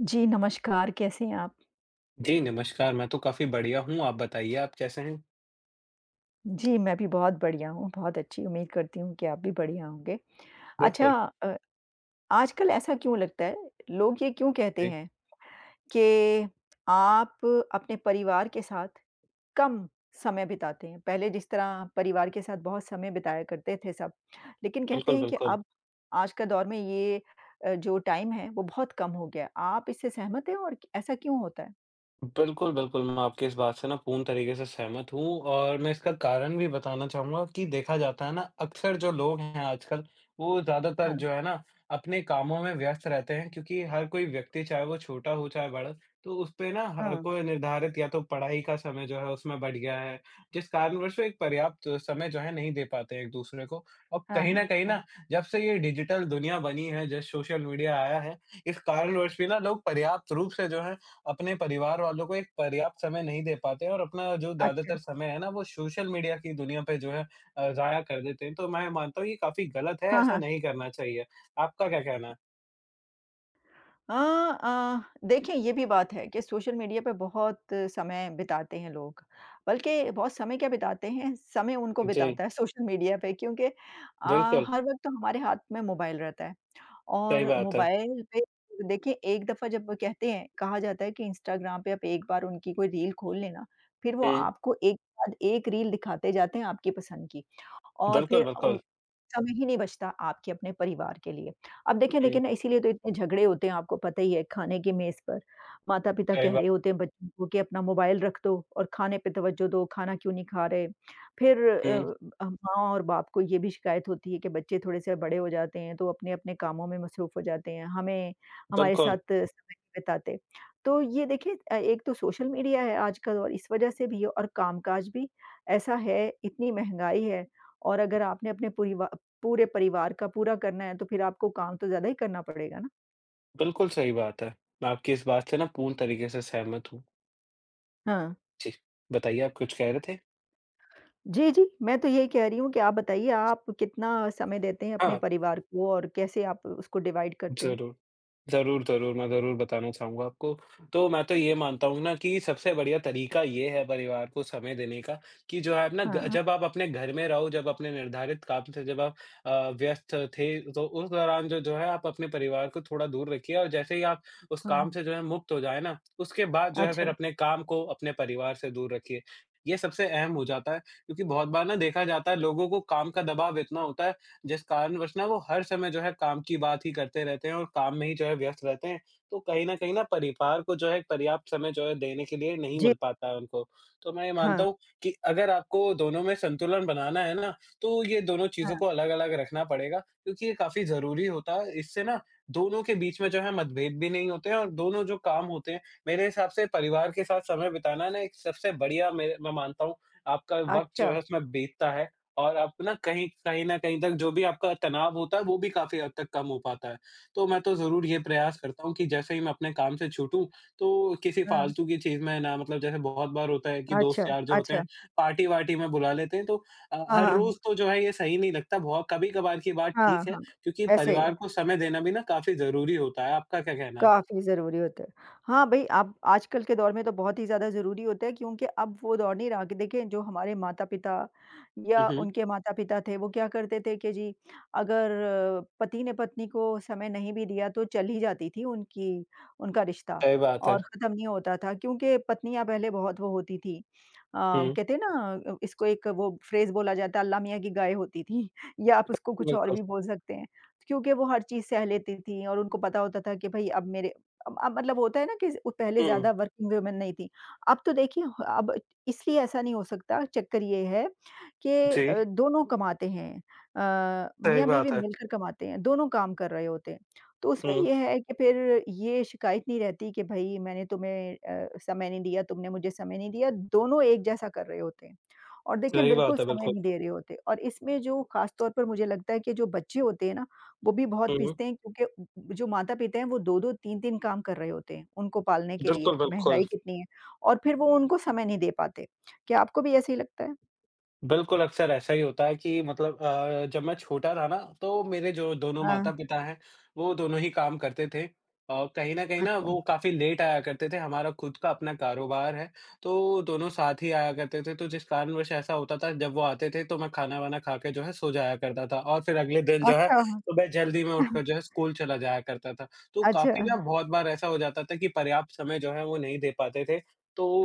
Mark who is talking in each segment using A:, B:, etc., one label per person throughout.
A: जी, नमस्कार, कैसे हैं आप?
B: जी, नमस्कार, मैं तो काफ़ी बढ़िया हूँ, आप बताइए आप कैसे हैं?
A: जी, मैं भी बहुत बढ़िया हूँ, बहुत अच्छी, उम्मीद करती हूँ कि आप भी बढ़िया होंगे। अच्छा।
B: बिल्कुल,
A: अ, आजकल ऐसा क्यों लगता है, लोग ये क्यों कहते
B: जी।
A: हैं कि आप अपने परिवार के साथ कम समय बिताते हैं? पहले जिस तरह परिवार के साथ बहुत समय बिताया करते थे सब, लेकिन कहते
B: बिल्कुल,
A: हैं कि
B: बिल्कुल।
A: अब आज का दौर में ये जो टाइम है, वो बहुत कम हो गया है। आप इससे सहमत हैं और ऐसा क्यों होता है?
B: बिल्कुल, बिल्कुल, मैं आपकी इस बात से ना पूर्ण तरीके से सहमत हूँ और मैं इसका कारण भी बताना चाहूँगा कि देखा जाता है ना, अक्सर जो लोग हैं आजकल, वो ज़्यादातर
A: हाँ,
B: जो है ना, अपने कामों में व्यस्त रहते हैं क्योंकि हर कोई व्यक्ति चाहे वो छोटा हो चाहे बड़ा, तो उसपे ना हर
A: हाँ।
B: कोई निर्धारित या तो पढ़ाई का समय जो है उसमें बढ़ गया है, जिस कारणवश वो एक पर्याप्त समय जो है नहीं दे पाते हैं एक-दूसरे को। और
A: हाँ,
B: कहीं न
A: हाँ,
B: कहीं
A: हाँ।
B: ना, जब से ये डिजिटल दुनिया बनी है, जब सोशल मीडिया आया है, इस कारणवश भी ना लोग पर्याप्त रूप से जो है अपने परिवार वालों को एक पर्याप्त समय नहीं दे पाते हैं और अपना जो
A: अच्छा।
B: ज़्यादातर समय है ना, वो सोशल मीडिया की दुनिया पे जो है ज़ाया कर देते हैं। तो मैं मानता हूँ ये काफ़ी गलत है,
A: हाँ,
B: ऐसा
A: हाँ।
B: नहीं करना चाहिए। आपका क्या कहना है?
A: देखिए ये भी बात है कि सोशल मीडिया पे बहुत समय बिताते हैं लोग। बल्कि बहुत समय क्या बिताते हैं, समय उनको
B: जी,
A: बिताता है सोशल मीडिया पे क्योंकि
B: बिल्कुल,
A: हर वक़्त तो हमारे हाथ में मोबाइल रहता है
B: सही
A: और
B: बात है।
A: मोबाइल पे देखिए। एक दफ़ा जब वो कहते हैं कहा जाता है कि इंस्टाग्राम पे आप एक बार उनकी कोई रील खोल लेना, फिर वो
B: हुँ,
A: आपको एक के बाद एक रील दिखाते जाते हैं आपकी पसंद की। और
B: बिल्कुल,
A: फिर
B: बिल्कुल।
A: समय ही नहीं बचता आपके अपने परिवार के लिए। अब देखिए
B: हुँ,
A: लेकिन इसीलिए तो इतने झगड़े होते हैं, आपको पता ही है, खाने की मेज़ पर। माता-पिता
B: सही
A: कह
B: बात।
A: रहे होते हैं बच्चों को कि अपना मोबाइल रख दो और खाने पे तवज्जो दो, खाना क्यों नहीं खा रहे? फिर
B: हुँ,
A: माँ और बाप को ये भी शिकायत होती है कि बच्चे थोड़े-से बड़े हो जाते हैं तो अपने-अपने कामों में मसरूफ़ हो जाते हैं, हमें हमारे
B: बिल्कुल,
A: साथ समय नहीं बिताते। तो ये देखिए एक तो सोशल मीडिया है आज का दौर इस वज़ह से भी है और कामकाज भी ऐसा है, इतनी महँगाई है और अगर आपने अपने परिवा पूरे परिवार का पूरा करना है, तो फिर आपको काम तो ज़्यादा ही करना पड़ेगा ना।
B: बिल्कुल सही बात है। मैं आपकी इस बात से ना पूर्ण तरीके से सहमत हूँ।
A: हाँ।
B: जी, बताइए आप कुछ कह रहे थे?
A: जी, जी, मैं तो यही कह रही हूँ कि आप बताइए, आप कितना समय देते हैं अपने
B: हाँ।
A: परिवार को और कैसे आप उसको डिवाइड करते हैं?
B: ज़रूर। ज़रूर, ज़रूर, मैं ज़रूर बताना चाहूँगा आपको। तो मैं तो ये मानता हूँ ना कि सबसे बढ़िया तरीका ये है परिवार को समय देने का कि जो है ना ग
A: हाँ,
B: जब आप अपने घर में रहो, जब अपने निर्धारित काम से जब आप व्यस्त थे, तो उस दौरान जो जो है आप अपने परिवार को थोड़ा दूर रखिए और जैसे ही आप उस काम
A: हाँ।
B: से जो है मुक्त हो जाए ना, उसके बाद जो है फिर
A: अच्छा,
B: अपने काम को अपने परिवार से दूर रखिए। ये सबसे अहम हो जाता है क्योंकि बहुत बार ना देखा जाता है लोगों को काम का दबाव इतना होता है जिस कारणवश ना वो हर समय जो है काम की बात ही करते रहते हैं और काम में ही जो है व्यस्त रहते हैं। तो कहीं न कहीं ना परिवार को जो है पर्याप्त समय जो है देने के लिए नहीं
A: जी।
B: मिल पाता है उनको। तो मैं ये मानता
A: हाँ,
B: हूँ कि अगर आपको दोनों में संतुलन बनाना है ना, तो ये दोनों चीज़ों
A: हाँ।
B: को अलग-अलग रखना पड़ेगा क्योंकि ये काफ़ी ज़रूरी होता है। इससे ना दोनों के बीच में जो है मतभेद भी नहीं होते हैं और दोनों जो काम होते हैं, मेरे हिसाब से परिवार के साथ समय बिताना ना एक सबसे बढ़िया मैं मानता हूँ आपका वक़्त जो
A: अच्छा,
B: है उसमें बीतता है। और आप ना कहीं कहीं न कहीं तक जो भी आपका तनाव होता है, वो भी काफ़ी हद तक कम हो पाता है। तो मैं तो ज़रूर ये प्रयास करता हूँ कि जैसे ही मैं अपने काम से छूटूँ, तो किसी
A: हाँ।
B: फ़ालतू की चीज़ में ना मतलब जैसे बहुत बार होता है कि
A: अच्छा,
B: दोस्त यार जो होते
A: अच्छा।
B: हैं, पार्टी-वार्टी में बुला लेते हैं, तो
A: हाँ,
B: हर
A: हाँ,
B: रोज़ तो जो है ये सही नहीं लगता, बहुत कभी-कभार की बात
A: हाँ,
B: ठीक है,
A: हाँ।
B: क्योंकि
A: ऐसे
B: परिवार को समय देना भी ना काफ़ी ज़रूरी होता है। आपका क्या कहना है?
A: काफ़ी ज़रूरी होता है। हाँ, भई अब आजकल के दौर में तो बहुत ही ज़्यादा ज़रूरी होता है क्योंकि अब वो दौर नहीं रहा। कि देखिए, जो हमारे माता-पिता
B: हुँ,
A: या
B: हुँ,
A: उनके माता-पिता थे, वो क्या करते थे कि जी, अगर पति ने पत्नी को समय नहीं भी दिया तो चल ही जाती थी उनकी उनका रिश्ता
B: सही बात है।
A: और ख़त्म नहीं होता था क्योंकि पत्नियाँ पहले बहुत वो होती थी। अ,
B: हुँ,
A: कहते हैं ना, इसको एक वो फ्रेज़ बोला जाता है, अल्लाह मियाँ की गाय होती थी या आप उसको कुछ और
B: बिल्कुल।
A: भी बोल सकते हैं। क्योंकि वो हर चीज़ सह लेती थीं और उनको पता होता था कि भई अब मेरे अब मतलब होता है ना कि उ पहले
B: हुँ,
A: ज़्यादा वर्किंग वुमन नहीं थीं। अब तो देखिए, अब इसलिए ऐसा नहीं हो सकता, चक्कर ये है कि
B: जी,
A: दोनों कमाते हैं।
B: सही
A: मियाँ-बीवी
B: बात है।
A: मिलकर कमाते हैं, दोनों काम कर रहे होते हैं। तो उसमें
B: हुँ,
A: ये है कि फिर ये शिकायत नहीं रहती कि भई मैंने तुम्हें समय नहीं दिया, तुमने मुझे समय नहीं दिया, दोनों एक जैसा कर रहे होते हैं। और देखिए
B: सही
A: बिल्कुल
B: बात है,
A: समय
B: बिल्कुल।
A: नहीं दे रहे होते और इसमें जो ख़ास तौर पर मुझे लगता है कि जो बच्चे होते हैं ना, वो भी बहुत
B: हुँ,
A: पिसते हैं क्योंकि उ जो माता-पिता हैं वो 2-2 3-3 काम कर रहे होते हैं, उनको पालने के लिए,
B: बिल्कुल, बिल्कुल।
A: महँगाई कितनी है और फिर वो उनको समय नहीं दे पाते। क्या आपको भी ऐसे ही लगता है?
B: बिल्कुल, अक्सर ऐसा ही होता है कि मतलब जब मैं छोटा था ना, तो मेरे जो दोनों
A: हाँ,
B: माता-पिता हैं, वो दोनों ही काम करते थे और कहीं न कहीं ना
A: अच्छा।
B: वो काफ़ी लेट आया करते थे। हमारा खुद का अपना कारोबार है, तो दोनों साथ ही आया करते थे, तो जिस कारणवश ऐसा होता था जब वो आते थे तो मैं खाना-वाना खा के जो है सो जाया करता था और फिर अगले दिन जो है
A: अच्छा, हाँ।
B: सुबह जल्दी में उठकर जो है स्कूल चला जाया करता था। तो
A: अच्छा।
B: काफ़ी ना बहुत बार ऐसा हो जाता था कि पर्याप्त समय जो है वो नहीं दे पाते थे।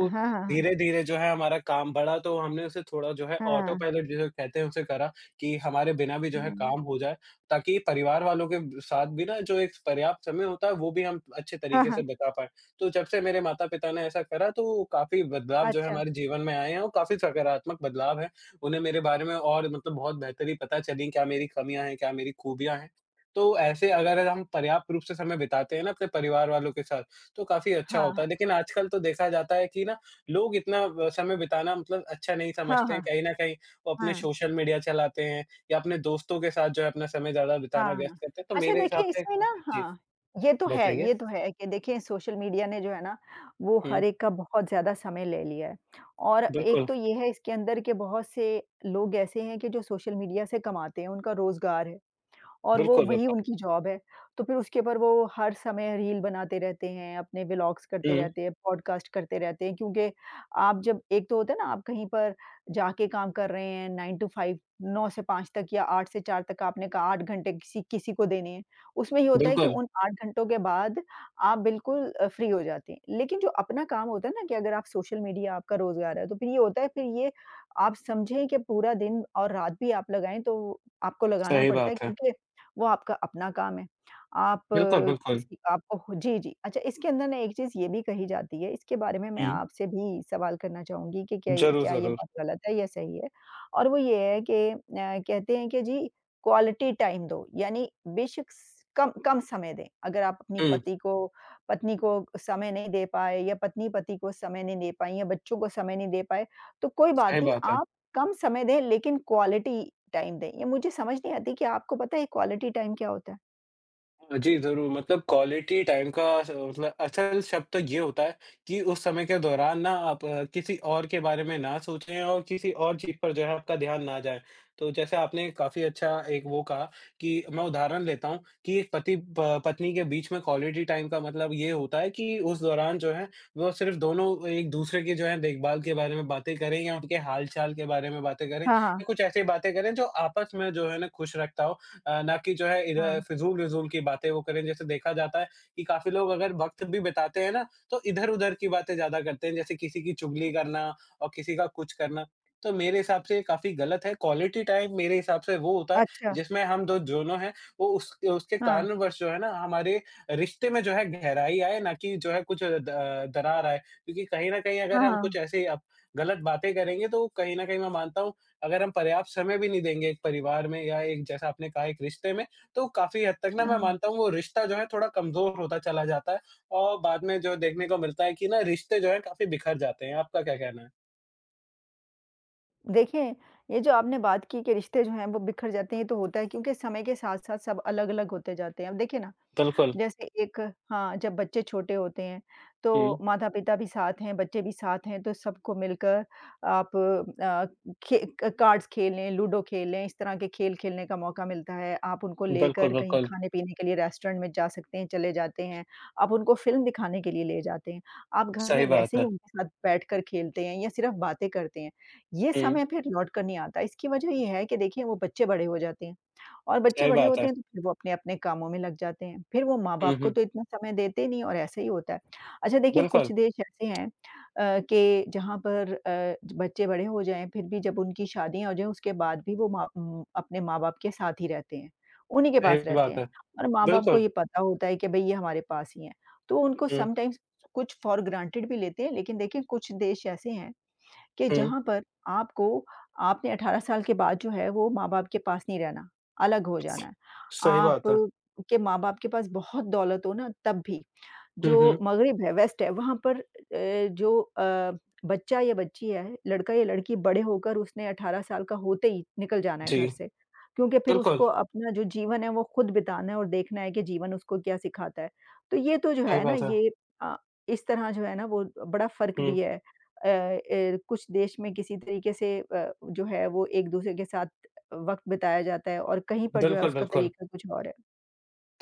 A: हाँ, हाँ, हाँ।
B: धीरे-धीरे जो है हमारा काम बढ़ा तो हमने उसे थोड़ा जो है
A: हाँ,
B: ऑटो
A: हाँ।
B: पायलट जिसे कहते हैं उसे करा, कि हमारे बिना भी जो है काम हो जाए, ताकि परिवार वालों के ब साथ भी ना जो एक पर्याप्त समय होता है वो भी हम अच्छे
A: हाँ,
B: तरीके से
A: हाँ।
B: बिता पाएँ। तो जब से मेरे माता-पिता ने ऐसा करा तो काफ़ी बदलाव जो है
A: अच्छा।
B: हमारे जीवन में आए हैं और काफ़ी सकारात्मक बदलाव हैं। उन्हें मेरे बारे में और मतलब बहुत बेहतर ही पता चली क्या मेरी कमियाँ हैं, क्या मेरी खूबियाँ हैं। तो ऐसे अगर हम पर्याप्त रूप से समय बिताते हैं ना अपने परिवार वालों के साथ, तो काफ़ी अच्छा
A: हाँ,
B: होता
A: हाँ।
B: है। लेकिन आजकल तो देखा जाता है कि ना लोग इतना समय बिताना मतलब अच्छा नहीं
A: हाँ,
B: समझते हैं,
A: हाँ।
B: कहीं न कहीं वो अपने
A: हाँ।
B: सोशल मीडिया चलाते हैं या अपने दोस्तों के साथ जो है अपना समय ज़्यादा बिताना व्यस्त
A: हाँ।
B: करते हैं, तो
A: अच्छा
B: मेरे हिसाब
A: देखिए,
B: से
A: इसमें ना
B: जी,
A: हाँ, ये तो है
B: बताइए?
A: ये तो है कि देखिए सोशल मीडिया ने जो है ना, वो
B: हुँ,
A: हर एक का बहुत ज़्यादा समय ले लिया है। और एक
B: बिल्कुल,
A: तो ये है इसके अंदर के बहुत से लोग ऐसे हैं कि जो सोशल मीडिया से कमाते हैं, उनका रोज़गार है। और वो
B: बिल्कुल,
A: वही
B: बिल्कुल।
A: उनकी जॉब है। तो फिर उसके ऊपर वो हर समय रील बनाते रहते हैं, अपने व्लॉग्स करते
B: हुँ,
A: रहते हैं, पॉडकास्ट करते रहते हैं क्योंकि आप जब, एक तो होता है ना, आप कहीं पर जाके काम कर रहे हैं 9 टू 5, 9 से 5 तक या 8 से 4 तक, आपने कहा 8 घंटे किसी किसी को देने हैं। उसमें ये होता है कि
B: बिल्कुल,
A: उन 8 घंटों के बाद आप बिल्कुल फ्री हो जाते हैं। लेकिन जो अपना काम होता है ना, कि अगर आप सोशल मीडिया, आपका रोज़गार है, तो फिर ये होता है, फिर ये आप समझें कि पूरा दिन और रात भी आप लगाएँ तो आपको लगाना
B: सही
A: पड़ता है
B: बात है।
A: क्योंकि वो आपका अपना काम है। आप
B: बिल्कुल, बिल्कुल।
A: किसी आपको हो जी, जी। अच्छा, इसके अंदर ना एक चीज़ ये भी कही जाती है, इसके बारे में मैं
B: हुँ,
A: आपसे भी सवाल करना चाहूँगी कि क्या ये
B: ज़रूर,
A: क्या ये
B: ज़रूर।
A: बात गलत है या सही है? और वो ये है कि कहते हैं कि जी, क्वालिटी टाइम दो, यानी बेशक कम कम समय दें। अगर आप अपनी
B: हुँ,
A: पति को पत्नी को समय नहीं दे पाए या पत्नी-पति को समय नहीं दे पाई या बच्चों को समय नहीं दे पाए, तो कोई बात
B: सही
A: नहीं,
B: बात है।
A: आप कम समय दें लेकिन क्वालिटी टाइम दें। ये मुझे समझ नहीं आती, कि आपको पता है क्वालिटी टाइम क्या होता है?
B: जी, ज़रूर मतलब क्वालिटी टाइम का स मतलब असल शब्द तो ये होता है कि उस समय के दौरान ना आप किसी और के बारे में ना सोचें और किसी और चीज़ पर जो है आपका ध्यान ना जाए। तो जैसे आपने काफ़ी अच्छा एक वो कहा कि मैं उदाहरण लेता हूँ कि एक पति प पत्नी के बीच में क्वालिटी टाइम का मतलब ये होता है कि उस दौरान जो है वो सिर्फ़ दोनों एक-दूसरे की जो है देखभाल के बारे में बातें करें या उनके हाल-चाल के बारे में बातें करें
A: हाँ,
B: या
A: हाँ।
B: कुछ ऐसी बातें करें जो आपस में जो है ना खुश रखता हो ना कि जो है इधर
A: हाँ।
B: फिज़ूल-विज़ूल की बातें वो करें। जैसे देखा जाता है कि काफ़ी लोग अगर वक़्त भी बिताते हैं ना, तो इधर-उधर की बातें ज़्यादा करते हैं, जैसे किसी की चुगली करना और किसी का कुछ करना। तो मेरे हिसाब से ये काफ़ी गलत है। क्वालिटी टाइम मेरे हिसाब से वो होता है,
A: अच्छा।
B: जिसमें हम दो दोनों हैं, वो उस उसके
A: हाँ।
B: कारणवश जो है ना, हमारे रिश्ते में जो है गहराई आए, ना कि जो है कुछ द दरार आए। क्योंकि कहीं न कहीं
A: हाँ,
B: अगर हम कुछ
A: हाँ।
B: ऐसे अप गलत बातें करेंगे, तो कहीं न कहीं मैं मानता हूँ अगर हम पर्याप्त समय भी नहीं देंगे एक परिवार में या एक जैसा आपने कहा एक रिश्ते में, तो काफ़ी हद तक ना
A: हाँ,
B: मैं
A: हाँ।
B: मानता हूँ वो रिश्ता जो है थोड़ा कमज़ोर होता चला जाता है और बाद में जो देखने को मिलता है कि ना रिश्ते जो हैं काफ़ी बिखर जाते हैं। आपका क्या कहना है?
A: देखिए, ये जो आपने बात की कि रिश्ते जो हैं वो बिखर जाते हैं, ये तो होता है क्योंकि समय के साथ-साथ सब अलग-अलग होते जाते हैं। अब देखिए ना,
B: बिल्कुल।
A: जैसे एक, हाँ, जब बच्चे छोटे होते हैं, तो
B: हुँ।
A: माता-पिता भी साथ हैं, बच्चे भी साथ हैं, तो सबको मिलकर आप अ, खे क कार्ड्स खेलें, लूडो खेलें, इस तरह के खेल खेलने का मौका मिलता है। आप उनको
B: बिल्कुल,
A: लेकर कहीं
B: बिल्कुल।
A: खाने-पीने के लिए रेस्टोरेंट में जा सकते हैं, चले जाते हैं। आप उनको फ़िल्म दिखाने के लिए ले जाते हैं। आप घर में
B: सही बात
A: वैसे ही
B: है।
A: उनके साथ बैठकर खेलते हैं या सिर्फ़ बातें करते हैं। ये
B: हुँ,
A: समय फिर लौट कर नहीं आता। इसकी वजह ये है कि देखिए वो बच्चे बड़े हो जाते हैं। और बच्चे
B: सही
A: बड़े
B: बात
A: होते
B: है।
A: हैं तो फिर वो अपने-अपने कामों में लग जाते हैं। फिर वो
B: हुँ,
A: माँ-बाप को
B: हुँ।
A: तो इतना समय देते नहीं और ऐसा ही होता है। अच्छा, देखिए
B: बिल्कुल,
A: कुछ देश ऐसे हैं कि जहाँ पर बच्चे बड़े हो जाएँ फिर भी जब उनकी शादियाँ हो जाएँ उसके बाद भी वो अपने माँ-बाप के साथ ही रहते हैं, उन्हीं के पास
B: सही
A: रहते
B: बात
A: हैं।
B: है।
A: और माँ-बाप को
B: बिल्कुल।
A: ये पता होता है कि भई ये हमारे पास ही हैं। तो उनको
B: हुँ,
A: समटाइम्स कुछ फॉर ग्रांटेड भी लेते हैं, लेकिन देखिए कुछ देश ऐसे हैं कि
B: हुँ।
A: जहाँ पर आपको आपने 18 साल के बाद जो है वो माँ-बाप के पास नहीं रहना, अलग हो जाना है।
B: सही
A: आप
B: बात है।
A: के माँ-बाप के पास बहुत दौलत हो ना, तब भी,
B: हुँ, हुँ।
A: जो मग़रिब है, वेस्ट है, वहाँ पर जो बच्चा या बच्ची है, लड़का या लड़की बड़े होकर उसने 18 साल का होते ही निकल जाना है घर
B: जी,
A: से, क्योंकि फिर
B: बिल्कुल,
A: उसको अपना जो जीवन है, वो खुद बिताना है और देखना है कि जीवन उसको क्या सिखाता है। तो ये तो जो
B: सही
A: है ना,
B: बात है।
A: ये अ, इस तरह जो है ना, वो बड़ा फ़र्क
B: हुँ,
A: भी है। कुछ देश में किसी तरीके से जो है, वो एक-दूसरे के साथ वक़्त बिताया जाता है और कहीं पर जो है,
B: बिल्कुल,
A: उसका
B: बिल्कुल।
A: तरीका कुछ और है।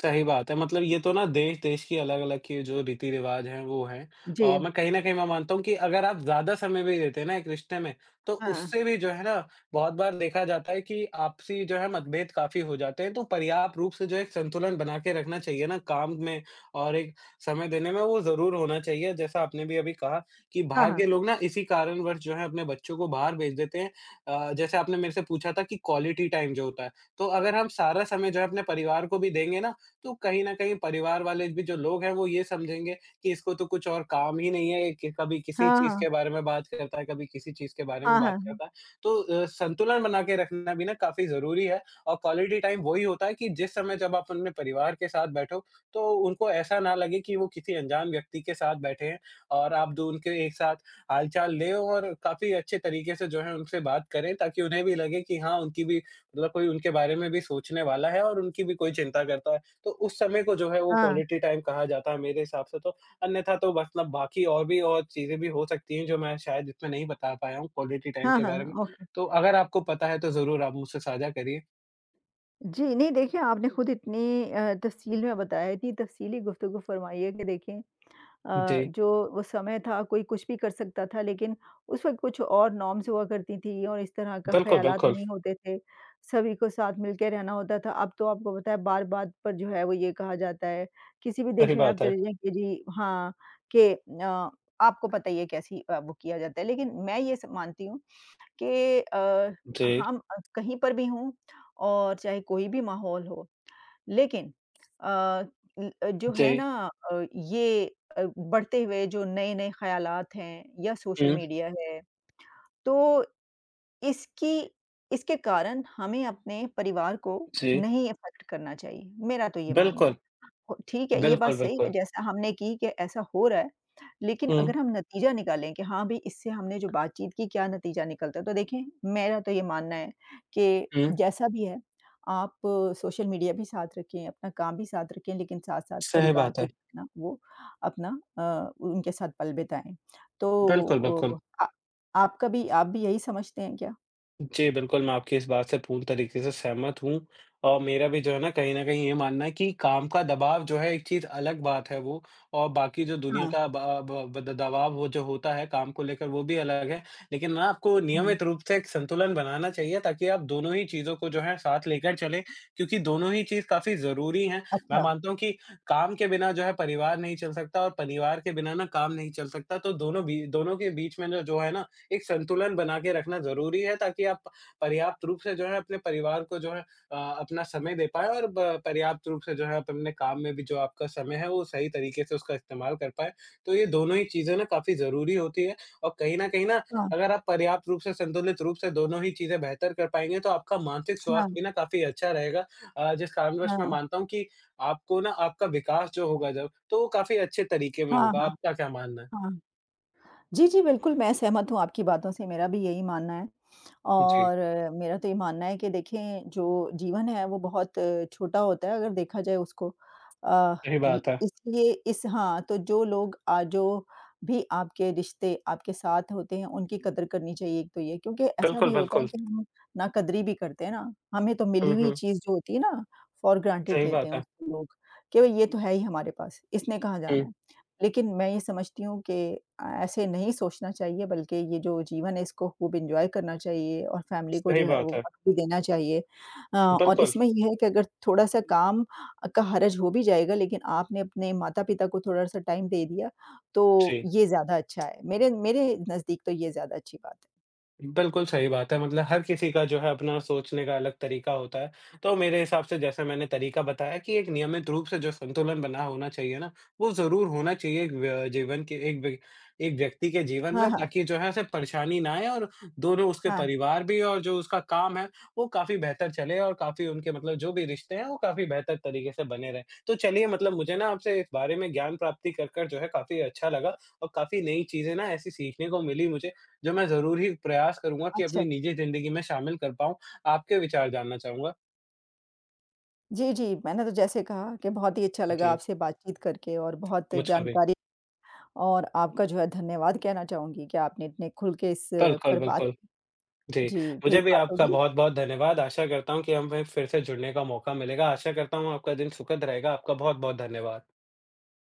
B: सही बात है, मतलब ये तो ना देश-देश की अलग-अलग की जो रीति-रिवाज हैं, वो हैं।
A: जी।
B: और मैं कहीं न कहीं मैं मानता हूँ कि अगर आप ज़्यादा समय भी देते हैं ना एक रिश्ते में, तो
A: हाँ।
B: उससे भी जो है ना, बहुत बार देखा जाता है कि आपसी जो है मतभेद काफ़ी हो जाते हैं। तो पर्याप्त रूप से जो एक संतुलन बना के रखना चाहिए ना काम में और एक समय देने में, वो ज़रूर होना चाहिए। जैसा आपने भी अभी कहा कि
A: हाँ,
B: बाहर के
A: हाँ।
B: लोग ना इसी कारणवश जो है अपने बच्चों को बाहर भेज देते हैं। जैसे आपने मेरे से पूछा था कि क्वालिटी टाइम जो होता है, तो अगर हम सारा समय जो है अपने परिवार को भी देंगे ना तो कहीं न कहीं परिवार वाले भी जो लोग हैं वो ये समझेंगे कि इसको तो कुछ और काम ही नहीं है कि कभी किसी
A: हाँ,
B: चीज़ के
A: हाँ।
B: बारे में बात करता है, कभी किसी चीज़ के बारे में
A: हाँ,
B: बात
A: हाँ।
B: करता है। तो संतुलन बना के रखना भी ना काफ़ी ज़रूरी है और क्वालिटी टाइम वही होता है कि जिस समय जब आप अपने परिवार के साथ बैठो तो उनको ऐसा ना लगे कि वो किसी अनजान व्यक्ति के साथ बैठे हैं और आप दो उनके एक साथ हाल-चाल लें और काफ़ी अच्छे तरीके से जो है उनसे बात करें ताकि उन्हें भी लगे कि हाँ, उनकी भी मतलब कोई उनके बारे में भी सोचने वाला है और उनकी भी कोई चिंता करता है। तो उस समय को जो है वो
A: हाँ।
B: क्वालिटी टाइम कहा जाता है मेरे हिसाब से तो। अन्यथा तो मतलब बाकी और भी और चीज़ें भी हो सकती हैं जो मैं शायद इसमें नहीं बता पाया हूँ क्वालिटी टाइम
A: हाँ,
B: के
A: हाँ,
B: बारे में।
A: हाँ। ओके।
B: तो अगर आपको पता है तो ज़रूर आप मुझसे साझा करिए।
A: जी, नहीं देखिए आपने खुद इतनी तफ़सील में बताया, इतनी तफ़सीली गुफ्तगू फ़रमाई है कि देखिए
B: जी,
A: जो वो समय था कोई कुछ भी कर सकता था लेकिन उस वक़्त कुछ और नॉर्म्स हुआ करती थी और इस तरह का
B: बिल्कुल,
A: ख़्यालात
B: बिल्कुल,
A: नहीं होते थे। सभी को साथ मिल के रहना होता था। अब तो आपको पता है, बात-बात पर जो है वो ये कहा जाता है। किसी भी देश
B: सही
A: में आप
B: बात है।
A: चले जाएँ, कि जी हाँ, कि अ, आपको पता ही है कैसी, वो किया जाता है। लेकिन मैं ये स मानती हूँ कि
B: जी,
A: हम कहीं पर भी हों और चाहे कोई भी माहौल हो, लेकिन अ, जो है
B: जी,
A: ना, ये बढ़ते हुए जो नए-नए ख़्यालात हैं या सोशल
B: हुँ,
A: मीडिया है, तो इसकी इसके कारण हमें अपने परिवार को
B: जी,
A: नहीं अफ़ेक्ट करना चाहिए, मेरा तो ये मानना
B: बिल्कुल,
A: है। हो ठीक है, ये बात
B: बिल्कुल,
A: सही है,
B: बिल्कुल।
A: जैसा हमने की कि ऐसा हो रहा है, लेकिन
B: हुँ,
A: अगर हम नतीजा निकालें कि हाँ, भई इससे हमने जो बातचीत की क्या नतीजा निकलता है, तो देखें मेरा तो ये मानना है कि
B: हुँ,
A: जैसा भी है, आप सोशल मीडिया भी साथ रखें, अपना काम भी साथ रखें, लेकिन साथ-साथ
B: सही
A: परिवार
B: बात
A: को
B: है।
A: जो है ना वो अपना, उनके साथ पल बिताएँ।
B: बिल्कुल,
A: तो
B: बिल्कुल।
A: अ, आ आपका भी आप भी यही समझते हैं क्या?
B: जी, बिल्कुल, मैं आपकी इस बात से पूर्ण तरीके से सहमत हूँ और मेरा भी जो है ना कहीं न कहीं ये मानना है कि काम का दबाव जो है एक चीज़ अलग बात है वो और बाकी जो दुनिया
A: हाँ,
B: का ब ब ब दबाव वो जो होता है काम को लेकर वो भी अलग है। लेकिन ना आपको
A: हुँ।
B: नियमित रूप से एक संतुलन बनाना चाहिए ताकि आप दोनों ही चीज़ों को जो है साथ लेकर चलें क्योंकि दोनों ही चीज़ काफ़ी ज़रूरी हैं। मैं
A: अच्छा,
B: मानता हूँ कि काम के बिना जो है परिवार नहीं चल सकता और परिवार के बिना ना काम नहीं चल सकता। तो दोनों बी दोनों के बीच में ना जो है ना एक संतुलन बना के रखना ज़रूरी है ताकि आप पर्याप्त रूप से जो है अपने परिवार को जो है अपना समय दे पाएँ और ब पर्याप्त रूप से जो है आप अपने काम में भी जो आपका समय है वो सही तरीके से उसका इस्तेमाल कर पाएँ। तो ये दोनों ही चीज़ें ना काफ़ी ज़रूरी होती है और कहीं न कहीं ना
A: हाँ,
B: अगर आप पर्याप्त रूप से संतुलित रूप से दोनों ही चीज़ें बेहतर कर पाएँगे तो आपका मानसिक स्वास्थ्य
A: हाँ,
B: भी ना काफ़ी अच्छा रहेगा। जिस कारणवश मैं
A: हाँ,
B: मानता हूँ कि आपको ना आपका विकास जो होगा जब तो वो काफ़ी अच्छे तरीके में
A: हाँ,
B: होगा।
A: हाँ,
B: आपका क्या मानना है?
A: हाँ। जी, जी, बिल्कुल, मैं सहमत हूँ आपकी बातों से, मेरा भी यही मानना है।
B: जी,
A: और मेरा तो ये मानना है कि देखें, जो जीवन है, वो बहुत छोटा होता है, अगर देखा जाए उसको। अ,
B: सही
A: ल
B: बात है।
A: इसलिए इस हाँ, तो जो लोग जो भी आपके रिश्ते आपके साथ होते हैं, उनकी कदर करनी चाहिए, एक तो ये। क्योंकि ऐसा
B: बिल्कुल,
A: भी होता
B: बिल्कुल।
A: है कि हम नाकदरी भी करते हैं ना, हमें तो मिली
B: हुँ,
A: हुई
B: हुँ।
A: चीज़ जो होती है ना, फॉर ग्रांटेड
B: सही
A: लेते
B: बात
A: हैं
B: है।
A: उसको लोग, कि भई, ये तो है ही हमारे पास, इसने कहाँ जाना
B: हुँ,
A: है। लेकिन मैं ये समझती हूँ कि ऐसे नहीं सोचना चाहिए बल्कि ये जो जीवन है इसको खूब एन्जॉय करना चाहिए और फैमिली को
B: सही
A: जो है
B: बात
A: वो
B: है।
A: वक़्त भी देना चाहिए। और
B: बिल्कुल,
A: इसमें ये है कि अगर थोड़ा-सा काम का हरज हो भी जाएगा लेकिन आपने अपने माता-पिता को थोड़ा-सा टाइम दे दिया तो
B: जी।
A: ये ज़्यादा अच्छा है। मेरे मेरे नज़दीक तो ये ज़्यादा अच्छी बात है।
B: बिल्कुल सही बात है, मतलब हर किसी का जो है अपना सोचने का अलग तरीका होता है। तो मेरे हिसाब से जैसा मैंने तरीका बताया कि एक नियमित रूप से जो संतुलन बना होना चाहिए ना, वो ज़रूर होना चाहिए एक व्य जीवन के एक व्य एक व्यक्ति के जीवन
A: हाँ,
B: में
A: हाँ।
B: ताकि जो है उसे परेशानी ना आए और दोनों उसके
A: हाँ,
B: परिवार भी और जो उसका काम है, वो काफ़ी बेहतर चले और काफ़ी उनके मतलब जो भी रिश्ते हैं, वो काफ़ी बेहतर तरीके से बने रहें। तो चलिए मतलब मुझे ना आपसे इस बारे में ज्ञान प्राप्ति कर जो है काफ़ी अच्छा लगा और काफ़ी नई चीज़ें ना ऐसी सीखने को मिली मुझे। जो मैं ज़रूर ही प्रयास करूँगा कि
A: अच्छा।
B: अपनी निजी ज़िंदगी में शामिल कर पाऊँ। आपके विचार जानना चाहूँगा।
A: जी, जी, मैंने तो जैसे कहा कि बहुत ही अच्छा लगा
B: जी,
A: आपसे बातचीत करके और बहुत
B: मुझको भी।
A: जानकारी और आपका जो है धन्यवाद कहना चाहूँगी कि आपने इतने खुल के इस
B: बिल्कुल,
A: पर बात
B: बिल्कुल। जी,
A: जी, फिर
B: मुझे भी
A: बात
B: आपका
A: होगी।
B: बहुत-बहुत धन्यवाद। आशा करता हूँ कि हमें फिर से जुड़ने का मौका मिलेगा। आशा करता हूँ आपका दिन सुखद रहेगा। आपका बहुत-बहुत धन्यवाद।